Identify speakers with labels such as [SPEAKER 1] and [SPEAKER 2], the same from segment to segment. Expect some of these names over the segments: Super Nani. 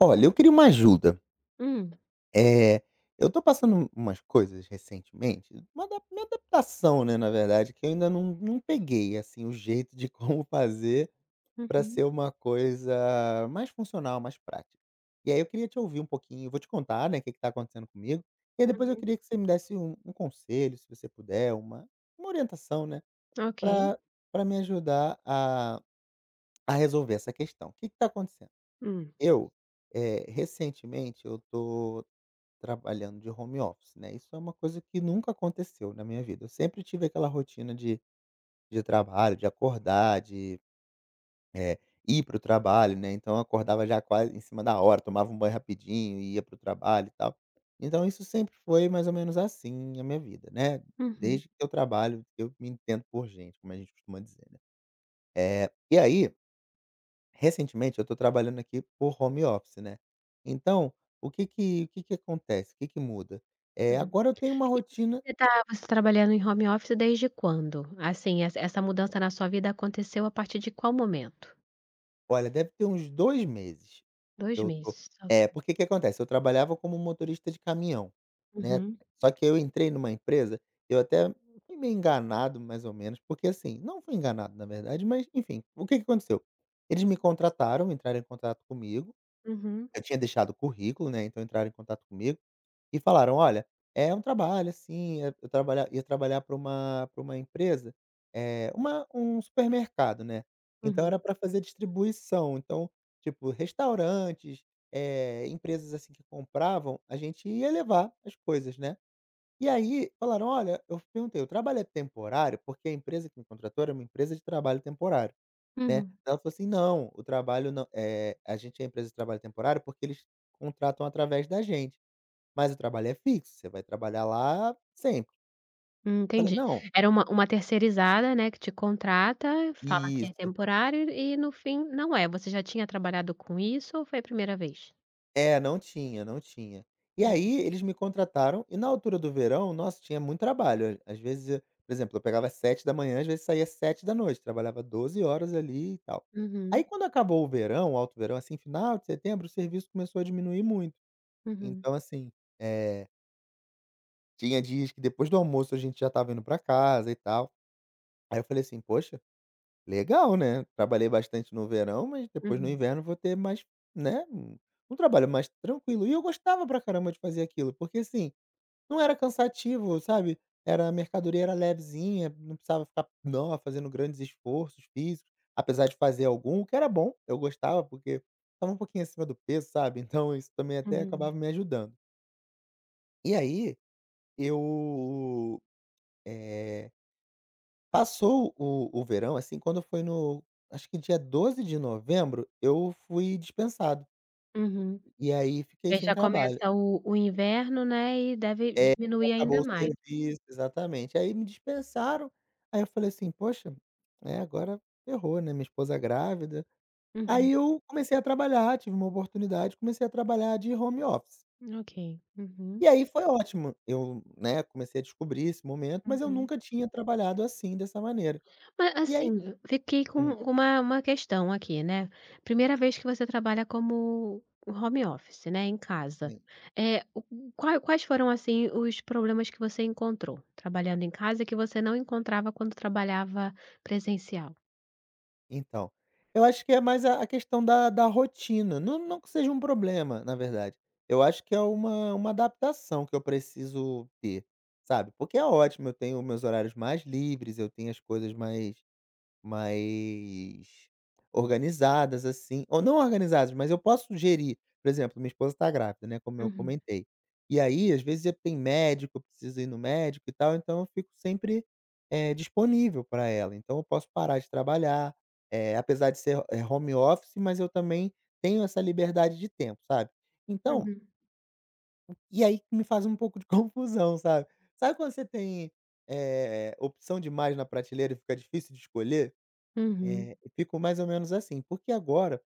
[SPEAKER 1] Olha, eu queria uma ajuda.
[SPEAKER 2] Hum.
[SPEAKER 1] É, eu tô passando umas coisas recentemente, uma adap uma adaptação, né, na verdade, que eu ainda não peguei, assim, o jeito de como fazer para
[SPEAKER 2] Uhum,
[SPEAKER 1] ser uma coisa mais funcional, mais prática. E aí eu queria te ouvir um pouquinho, vou te contar, né, o que que tá acontecendo comigo, e aí depois eu
[SPEAKER 2] uhum.
[SPEAKER 1] queria que você me desse um conselho, se você puder, uma orientação, né,
[SPEAKER 2] Ok.
[SPEAKER 1] para para me ajudar a resolver essa questão. O que que tá acontecendo?
[SPEAKER 2] Hum.
[SPEAKER 1] Eu, Recentemente eu tô trabalhando de home office, né, isso é uma coisa que nunca aconteceu na minha vida. Eu sempre tive aquela rotina de trabalho, de acordar, de, eh, ir para o trabalho, né, então eu acordava já quase em cima da hora, tomava um banho rapidinho e ia para o trabalho e tal. Então isso sempre foi mais ou menos assim a minha vida, né,
[SPEAKER 2] Uhum.
[SPEAKER 1] desde que eu trabalho, eu me entendo por gente, como a gente costuma dizer, né. E aí recentemente eu estou trabalhando aqui por home office, né. Então, o que que acontece, o que que muda?
[SPEAKER 2] Uhum.
[SPEAKER 1] Agora eu tenho uma rotina.
[SPEAKER 2] Você tá trabalhando em home office desde quando? Assim, essa mudança na sua vida aconteceu a partir de qual momento?
[SPEAKER 1] Olha, deve ter uns 2 meses que
[SPEAKER 2] 2
[SPEAKER 1] eu tô.
[SPEAKER 2] meses, ok.
[SPEAKER 1] É, porque que acontece, eu trabalhava como motorista de caminhão, né,
[SPEAKER 2] Uhum,
[SPEAKER 1] só que eu entrei numa empresa, eu até fui meio enganado mais ou menos, porque assim não fui enganado na verdade, mas enfim, o que que aconteceu? Eles me contrataram, entraram em contato comigo,
[SPEAKER 2] uhum,
[SPEAKER 1] eu tinha deixado o currículo, né, então entraram em contato comigo e falaram: "Olha, é um trabalho, assim, eu trabalha ia trabalhar para uma empresa, é uma um supermercado, né, então era
[SPEAKER 2] uhum,
[SPEAKER 1] para fazer distribuição, então, tipo, restaurantes, empresas, assim, que compravam, a gente ia levar as coisas, né". E aí falaram: "Olha", eu perguntei: "O trabalho é temporário?", porque a empresa que me contratou era uma empresa de trabalho temporário, né.
[SPEAKER 2] uhum.
[SPEAKER 1] Ela falou assim: "Não, o trabalho não, a gente é empresa de trabalho temporário porque eles contratam através da gente. Mas o trabalho é fixo, você vai trabalhar lá sempre". Falei:
[SPEAKER 2] Entendi.
[SPEAKER 1] "Não",
[SPEAKER 2] Era uma terceirizada, né, que te contrata, fala que é
[SPEAKER 1] isso.
[SPEAKER 2] temporário e no fim não é. Você já tinha trabalhado com isso ou foi a primeira vez?
[SPEAKER 1] É, não tinha, não tinha. E
[SPEAKER 2] Uhum,
[SPEAKER 1] aí eles me contrataram e na altura do verão, nossa, tinha muito trabalho. Às vezes, por exemplo, eu pegava sete da manhã, às vezes saía sete da noite, trabalhava 12 horas ali e tal.
[SPEAKER 2] uhum,
[SPEAKER 1] Aí quando acabou o verão, o alto verão, assim, final de setembro, o serviço começou a diminuir muito.
[SPEAKER 2] uhum,
[SPEAKER 1] Então assim, eh, tinha dias que depois do almoço a gente já estava indo pra casa e tal. Aí eu falei assim: "Poxa, legal, né. Trabalhei bastante no verão, mas depois no
[SPEAKER 2] uhum,
[SPEAKER 1] inverno vou ter mais, né, um trabalho mais tranquilo". E eu gostava pra caramba de fazer aquilo, porque, assim, não era cansativo, sabe. Era, a mercadoria era levezinha, não precisava ficar não fazendo grandes esforços físicos, apesar de fazer algum, o que era bom, eu gostava, porque estava um pouquinho acima do peso, sabe, então isso também até
[SPEAKER 2] uhum,
[SPEAKER 1] acabava me ajudando. E aí eu, eh passou o verão, assim, quando foi no, acho que dia 12 de novembro, eu fui dispensado,
[SPEAKER 2] uhum.
[SPEAKER 1] e aí fiquei
[SPEAKER 2] Porque
[SPEAKER 1] sem
[SPEAKER 2] já
[SPEAKER 1] trabalho.
[SPEAKER 2] começa o inverno, né, e deve
[SPEAKER 1] É,
[SPEAKER 2] diminuir ainda
[SPEAKER 1] acabou o
[SPEAKER 2] mais.
[SPEAKER 1] serviço, exatamente. Aí me dispensaram, aí eu falei assim: "Poxa, né, agora ferrou, né, minha esposa é grávida".
[SPEAKER 2] Uhum.
[SPEAKER 1] Aí eu comecei a trabalhar, tive uma oportunidade, comecei a trabalhar de home office.
[SPEAKER 2] Ok. Uhum.
[SPEAKER 1] E aí foi ótimo, eu, né, comecei a descobrir esse momento, mas eu
[SPEAKER 2] Uhum.
[SPEAKER 1] nunca tinha trabalhado assim, dessa maneira.
[SPEAKER 2] Mas,
[SPEAKER 1] E aí
[SPEAKER 2] assim, eu fiquei
[SPEAKER 1] hum,
[SPEAKER 2] com uma questão aqui, né. Primeira vez que você trabalha como home office, né, em casa. É, o qua quais foram, assim, os problemas que você encontrou trabalhando em casa que você não encontrava quando trabalhava presencial?
[SPEAKER 1] então, eu acho que é mais a questão da rotina, não que seja um problema, na verdade, eu acho que é uma adaptação que eu preciso ter, sabe, porque é ótimo, eu tenho meus horários mais livres, eu tenho as coisas mais organizadas, assim, ou não organizadas, mas eu posso gerir. Por exemplo, minha esposa está grávida, né, como eu
[SPEAKER 2] Uhum.
[SPEAKER 1] comentei. E aí, às vezes, tem médico, eu preciso ir no médico e tal, então eu fico sempre, disponível para ela. Então eu posso parar de trabalhar, apesar de ser, home office, mas eu também tenho essa liberdade de tempo, sabe. Então
[SPEAKER 2] Uhum.
[SPEAKER 1] e aí que me faz um pouco de confusão, sabe. Sabe quando você tem, opção demais na prateleira e fica difícil de escolher?
[SPEAKER 2] Uhum.
[SPEAKER 1] É, ficou mais ou menos assim, porque agora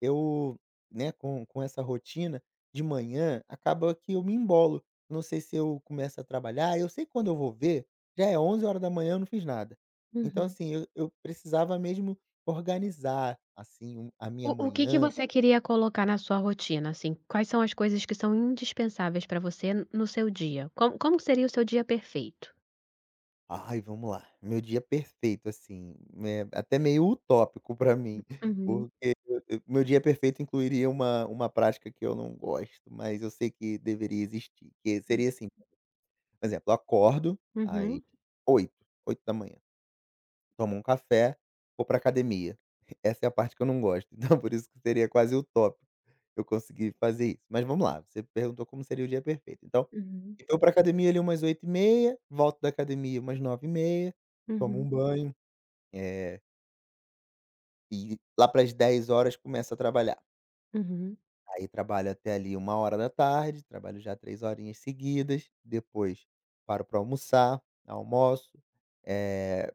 [SPEAKER 1] eu, né, com essa rotina, de manhã acaba que eu me embolo. Não sei se eu começo a trabalhar, eu sei que quando eu vou ver, já é onze horas da manhã eu não fiz nada. Então
[SPEAKER 2] Uhum.
[SPEAKER 1] assim, eu precisava mesmo organizar, assim, um, a minha
[SPEAKER 2] O que que
[SPEAKER 1] manhã.
[SPEAKER 2] você queria colocar na sua rotina, assim? Quais são as coisas que são indispensáveis para você no seu dia? Como seria o seu dia perfeito?
[SPEAKER 1] Ai, vamos lá. Meu dia perfeito, assim, né, até meio utópico pra mim,
[SPEAKER 2] Uhum.
[SPEAKER 1] porque eu meu dia perfeito incluiria uma prática que eu não gosto, mas eu sei que deveria existir, que seria assim, por exemplo, eu acordo às
[SPEAKER 2] Uhum.
[SPEAKER 1] oito, oito da manhã, tomo um café, vou pra academia. Essa é a parte que eu não gosto, então por isso que seria quase utópico. Eu consegui fazer isso. Mas vamos lá, você perguntou como seria o dia perfeito. Então,
[SPEAKER 2] Uhum.
[SPEAKER 1] então para academia ali umas oito e meia, volto da academia umas nove e meia, tomo
[SPEAKER 2] Uhum.
[SPEAKER 1] um banho, eh, e lá para as dez horas começo a trabalhar.
[SPEAKER 2] Uhum.
[SPEAKER 1] Aí trabalho até ali uma hora da tarde, trabalho já 3 horinhas seguidas, depois paro para almoçar, almoço, eh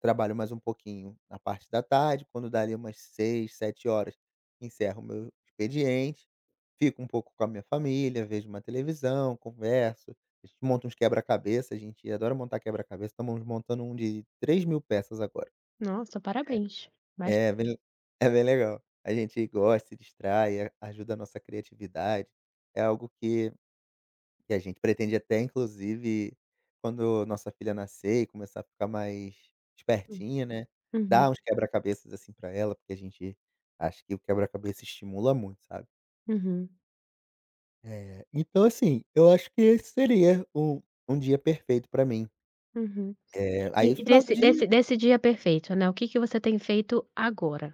[SPEAKER 1] trabalho mais um pouquinho na parte da tarde, quando dá ali umas seis, sete horas encerro o meu expediente, fico um pouco com a minha família, vejo uma televisão, converso, a gente monta uns quebra-cabeça, a gente adora montar quebra-cabeça, estamos montando um de 3.000 peças agora.
[SPEAKER 2] Nossa, parabéns. Mas
[SPEAKER 1] É bem, é bem legal. A gente gosta, se distrai, a ajuda a nossa criatividade, é algo que, e a gente pretende até, inclusive, quando nossa filha nascer e começar a ficar mais espertinha, né,
[SPEAKER 2] Uhum.
[SPEAKER 1] dar uns quebra-cabeças, assim, pra ela, porque a gente acha que o quebra-cabeça estimula muito, sabe.
[SPEAKER 2] Uhum.
[SPEAKER 1] É, então, assim, eu acho que esse seria um um dia perfeito pra mim.
[SPEAKER 2] Uhum.
[SPEAKER 1] É, aí
[SPEAKER 2] E
[SPEAKER 1] final do
[SPEAKER 2] desse desse
[SPEAKER 1] dia,
[SPEAKER 2] desse dia perfeito, né, o que que você tem feito agora?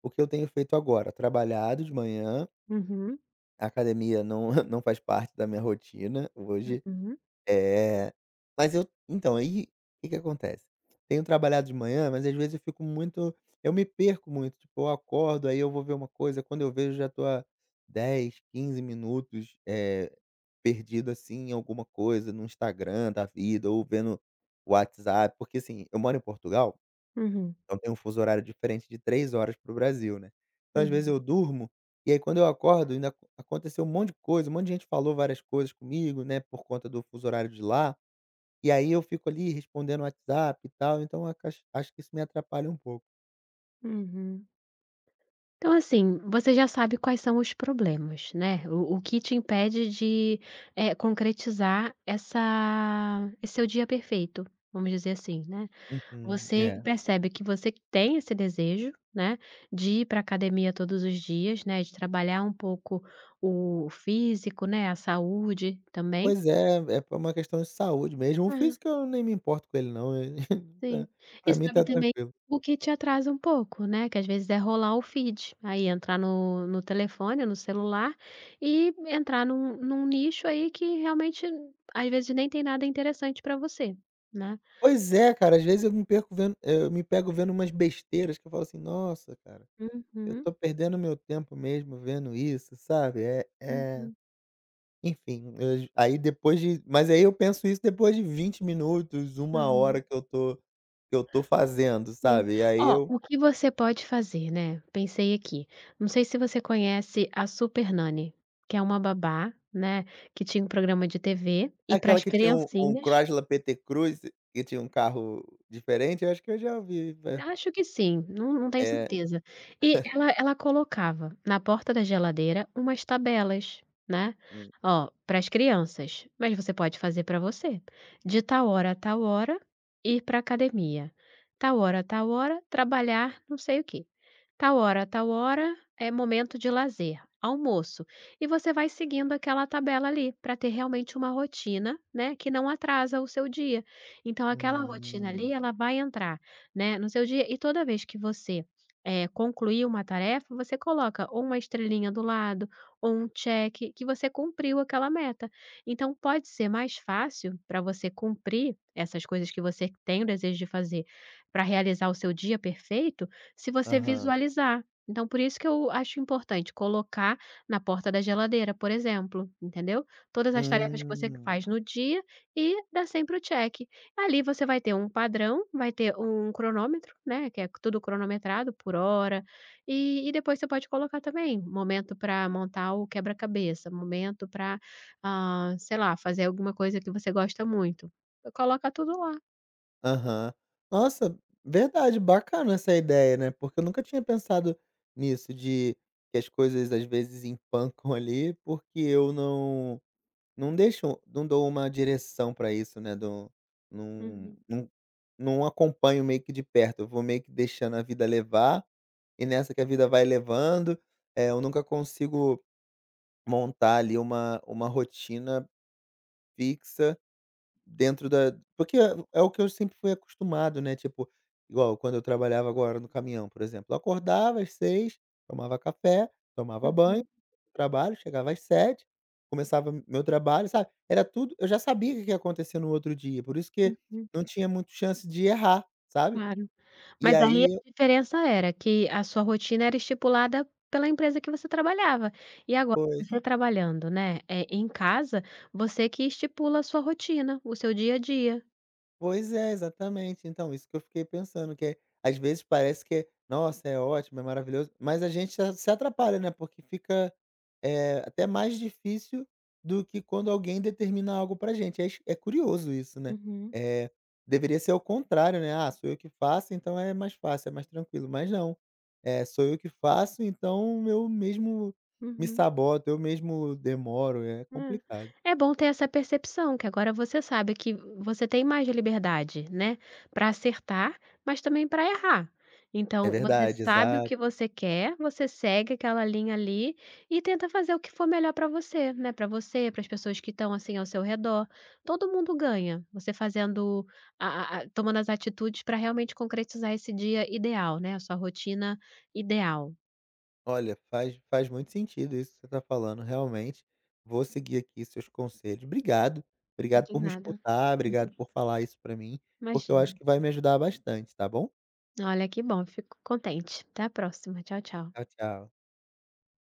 [SPEAKER 1] o que eu tenho feito agora? Trabalhado de manhã,
[SPEAKER 2] Uhum.
[SPEAKER 1] a academia não não faz parte da minha rotina hoje.
[SPEAKER 2] Uhum.
[SPEAKER 1] É, mas eu então, aí, o que que acontece? Tenho trabalhado de manhã, mas às vezes eu fico muito, eu me perco muito, tipo, eu acordo, aí eu vou ver uma coisa, quando eu vejo já tô há 10, 15 minutos, perdido, assim, em alguma coisa, no Instagram da vida ou vendo WhatsApp, porque, assim, eu moro em Portugal,
[SPEAKER 2] Uhum.
[SPEAKER 1] então tem um fuso horário diferente de 3 horas pro Brasil, né. Então, às vezes
[SPEAKER 2] Uhum.
[SPEAKER 1] eu durmo, e aí quando eu acordo ainda aconteceu um monte de coisa, um monte de gente falou várias coisas comigo, né, por conta do fuso horário de lá. E aí eu fico ali respondendo WhatsApp e tal, então acach acho que isso me atrapalha um pouco.
[SPEAKER 2] Uhum. Então, assim, você já sabe quais são os problemas, né? O que te impede de concretizar esse seu dia perfeito, vamos dizer assim, né?
[SPEAKER 1] Uhum,
[SPEAKER 2] Você
[SPEAKER 1] é.
[SPEAKER 2] percebe que você tem esse desejo, né, de ir para academia todos os dias, né, de trabalhar um pouco o físico, né, a saúde também.
[SPEAKER 1] Pois é, é por uma questão de saúde mesmo. O físico eu nem me importo com ele não,
[SPEAKER 2] Sim.
[SPEAKER 1] tá,
[SPEAKER 2] E
[SPEAKER 1] pra mim
[SPEAKER 2] sabe
[SPEAKER 1] tá
[SPEAKER 2] também
[SPEAKER 1] tranquilo.
[SPEAKER 2] o que te atrasa um pouco, né, que às vezes é rolar o feed, aí entrar no telefone, no celular, e entrar num nicho aí que realmente, às vezes, nem tem nada interessante para você, né.
[SPEAKER 1] Pois
[SPEAKER 2] Então.
[SPEAKER 1] é, cara, às vezes eu me perco vendo, eu me pego vendo umas besteiras que eu falo assim: "Nossa, cara, eu
[SPEAKER 2] Uhum,
[SPEAKER 1] tô perdendo meu tempo mesmo vendo isso", sabe. É, é,
[SPEAKER 2] uhum,
[SPEAKER 1] enfim, eu, aí depois de, mas aí eu penso isso depois de 20 minutos, uma
[SPEAKER 2] uhum.
[SPEAKER 1] hora que eu tô fazendo,
[SPEAKER 2] Sim.
[SPEAKER 1] sabe. E aí
[SPEAKER 2] Ó,
[SPEAKER 1] eu,
[SPEAKER 2] o que você pode fazer, né, pensei aqui, não sei se você conhece a Super Nani, que é uma babá, né, que tinha um programa de TV, e para
[SPEAKER 1] aquela
[SPEAKER 2] as
[SPEAKER 1] que tinha um
[SPEAKER 2] criancinhas.
[SPEAKER 1] Chrysler PT Cruz, que tinha um carro diferente, eu acho que eu já ouvi ve
[SPEAKER 2] Acho que sim, não tenho
[SPEAKER 1] é.
[SPEAKER 2] certeza. E ela colocava na porta da geladeira umas tabelas, né.
[SPEAKER 1] Hum,
[SPEAKER 2] "Ó, para as crianças, mas você pode fazer para você. De tal hora a tal hora, ir para academia. Tal hora a tal hora, trabalhar não sei o quê. Tal hora a tal hora, é momento de lazer, almoço." E você vai seguindo aquela tabela ali, para ter realmente uma rotina, né, que não atrasa o seu dia. Então aquela rotina ali,
[SPEAKER 1] hum,
[SPEAKER 2] ela vai entrar, né, no seu dia. E toda vez que você, concluir uma tarefa, você coloca ou uma estrelinha do lado ou um check que você cumpriu aquela meta. Então pode ser mais fácil para você cumprir essas coisas que você tem o desejo de fazer, para realizar o seu dia perfeito, se você
[SPEAKER 1] aham,
[SPEAKER 2] visualizar. Então por isso que eu acho importante colocar na porta da geladeira, por exemplo, entendeu? Todas as tarefas que você
[SPEAKER 1] hum,
[SPEAKER 2] faz no dia, e dá sempre o check. Ali você vai ter um padrão, vai ter um cronômetro, né, que é tudo cronometrado por hora, e depois você pode colocar também momento para montar o quebra-cabeça, momento para, ah, sei lá, fazer alguma coisa que você gosta muito. Coloca tudo lá.
[SPEAKER 1] aham. Nossa, verdade, bacana essa ideia, né, porque eu nunca tinha pensado nisso, de que as coisas às vezes empancam ali, porque eu não deixo, não dou uma direção para isso, né, do, não
[SPEAKER 2] Uhum,
[SPEAKER 1] não não acompanho meio que de perto, eu vou meio que deixando a vida levar. E nessa que a vida vai levando, eu nunca consigo montar ali uma rotina fixa dentro da, porque é o que eu sempre fui acostumado, né, tipo, igual quando eu trabalhava, agora no caminhão, por exemplo, eu acordava às seis, tomava café, tomava banho,
[SPEAKER 2] uhum,
[SPEAKER 1] trabalho, chegava às sete, começava meu trabalho, sabe. Era tudo, eu já sabia o que que ia acontecer no outro dia, por isso que
[SPEAKER 2] uhum,
[SPEAKER 1] não tinha muito chance de errar, sabe.
[SPEAKER 2] claro.
[SPEAKER 1] E
[SPEAKER 2] Mas aí a
[SPEAKER 1] aí
[SPEAKER 2] diferença era que a sua rotina era estipulada pela empresa que você trabalhava. E agora
[SPEAKER 1] pois.
[SPEAKER 2] você trabalhando, né, é em casa, você que estipula a sua rotina, o seu dia a dia.
[SPEAKER 1] Pois é, exatamente. Então, isso que eu fiquei pensando, que é, às vezes parece que é: "Nossa, é ótimo, é maravilhoso", mas a gente a se atrapalha, né, porque fica, até mais difícil do que quando alguém determina algo pra gente. É es é curioso isso, né.
[SPEAKER 2] Uhum,
[SPEAKER 1] Eh, Deveria ser o contrário, né: "Ah, sou eu que faço, então é mais fácil, é mais tranquilo", mas não. Sou eu que faço, então eu mesmo me
[SPEAKER 2] uhum.
[SPEAKER 1] saboto, eu mesmo demoro. É complicado.
[SPEAKER 2] É. É bom ter essa percepção, que agora você sabe que você tem mais liberdade, né, para acertar, mas também para errar.
[SPEAKER 1] É
[SPEAKER 2] Então, você
[SPEAKER 1] verdade,
[SPEAKER 2] sabe o
[SPEAKER 1] exato.
[SPEAKER 2] que você quer, você segue aquela linha ali e tenta fazer o que for melhor para você, né, para você, para as pessoas que estão, assim, ao seu redor. Todo mundo ganha, você fazendo, a tomando as atitudes para realmente concretizar esse dia ideal, né, a sua rotina ideal.
[SPEAKER 1] Olha, faz muito sentido isso que você está falando, realmente. Vou seguir aqui seus conselhos. Obrigado,
[SPEAKER 2] Não
[SPEAKER 1] obrigado
[SPEAKER 2] tem
[SPEAKER 1] por me
[SPEAKER 2] nada,
[SPEAKER 1] escutar, obrigado por falar isso para mim, porque eu
[SPEAKER 2] imagina.
[SPEAKER 1] acho que vai me ajudar bastante, tá bom?
[SPEAKER 2] Olha, que bom, fico contente. Até a próxima. Tchau, tchau.
[SPEAKER 1] Tchau, tchau.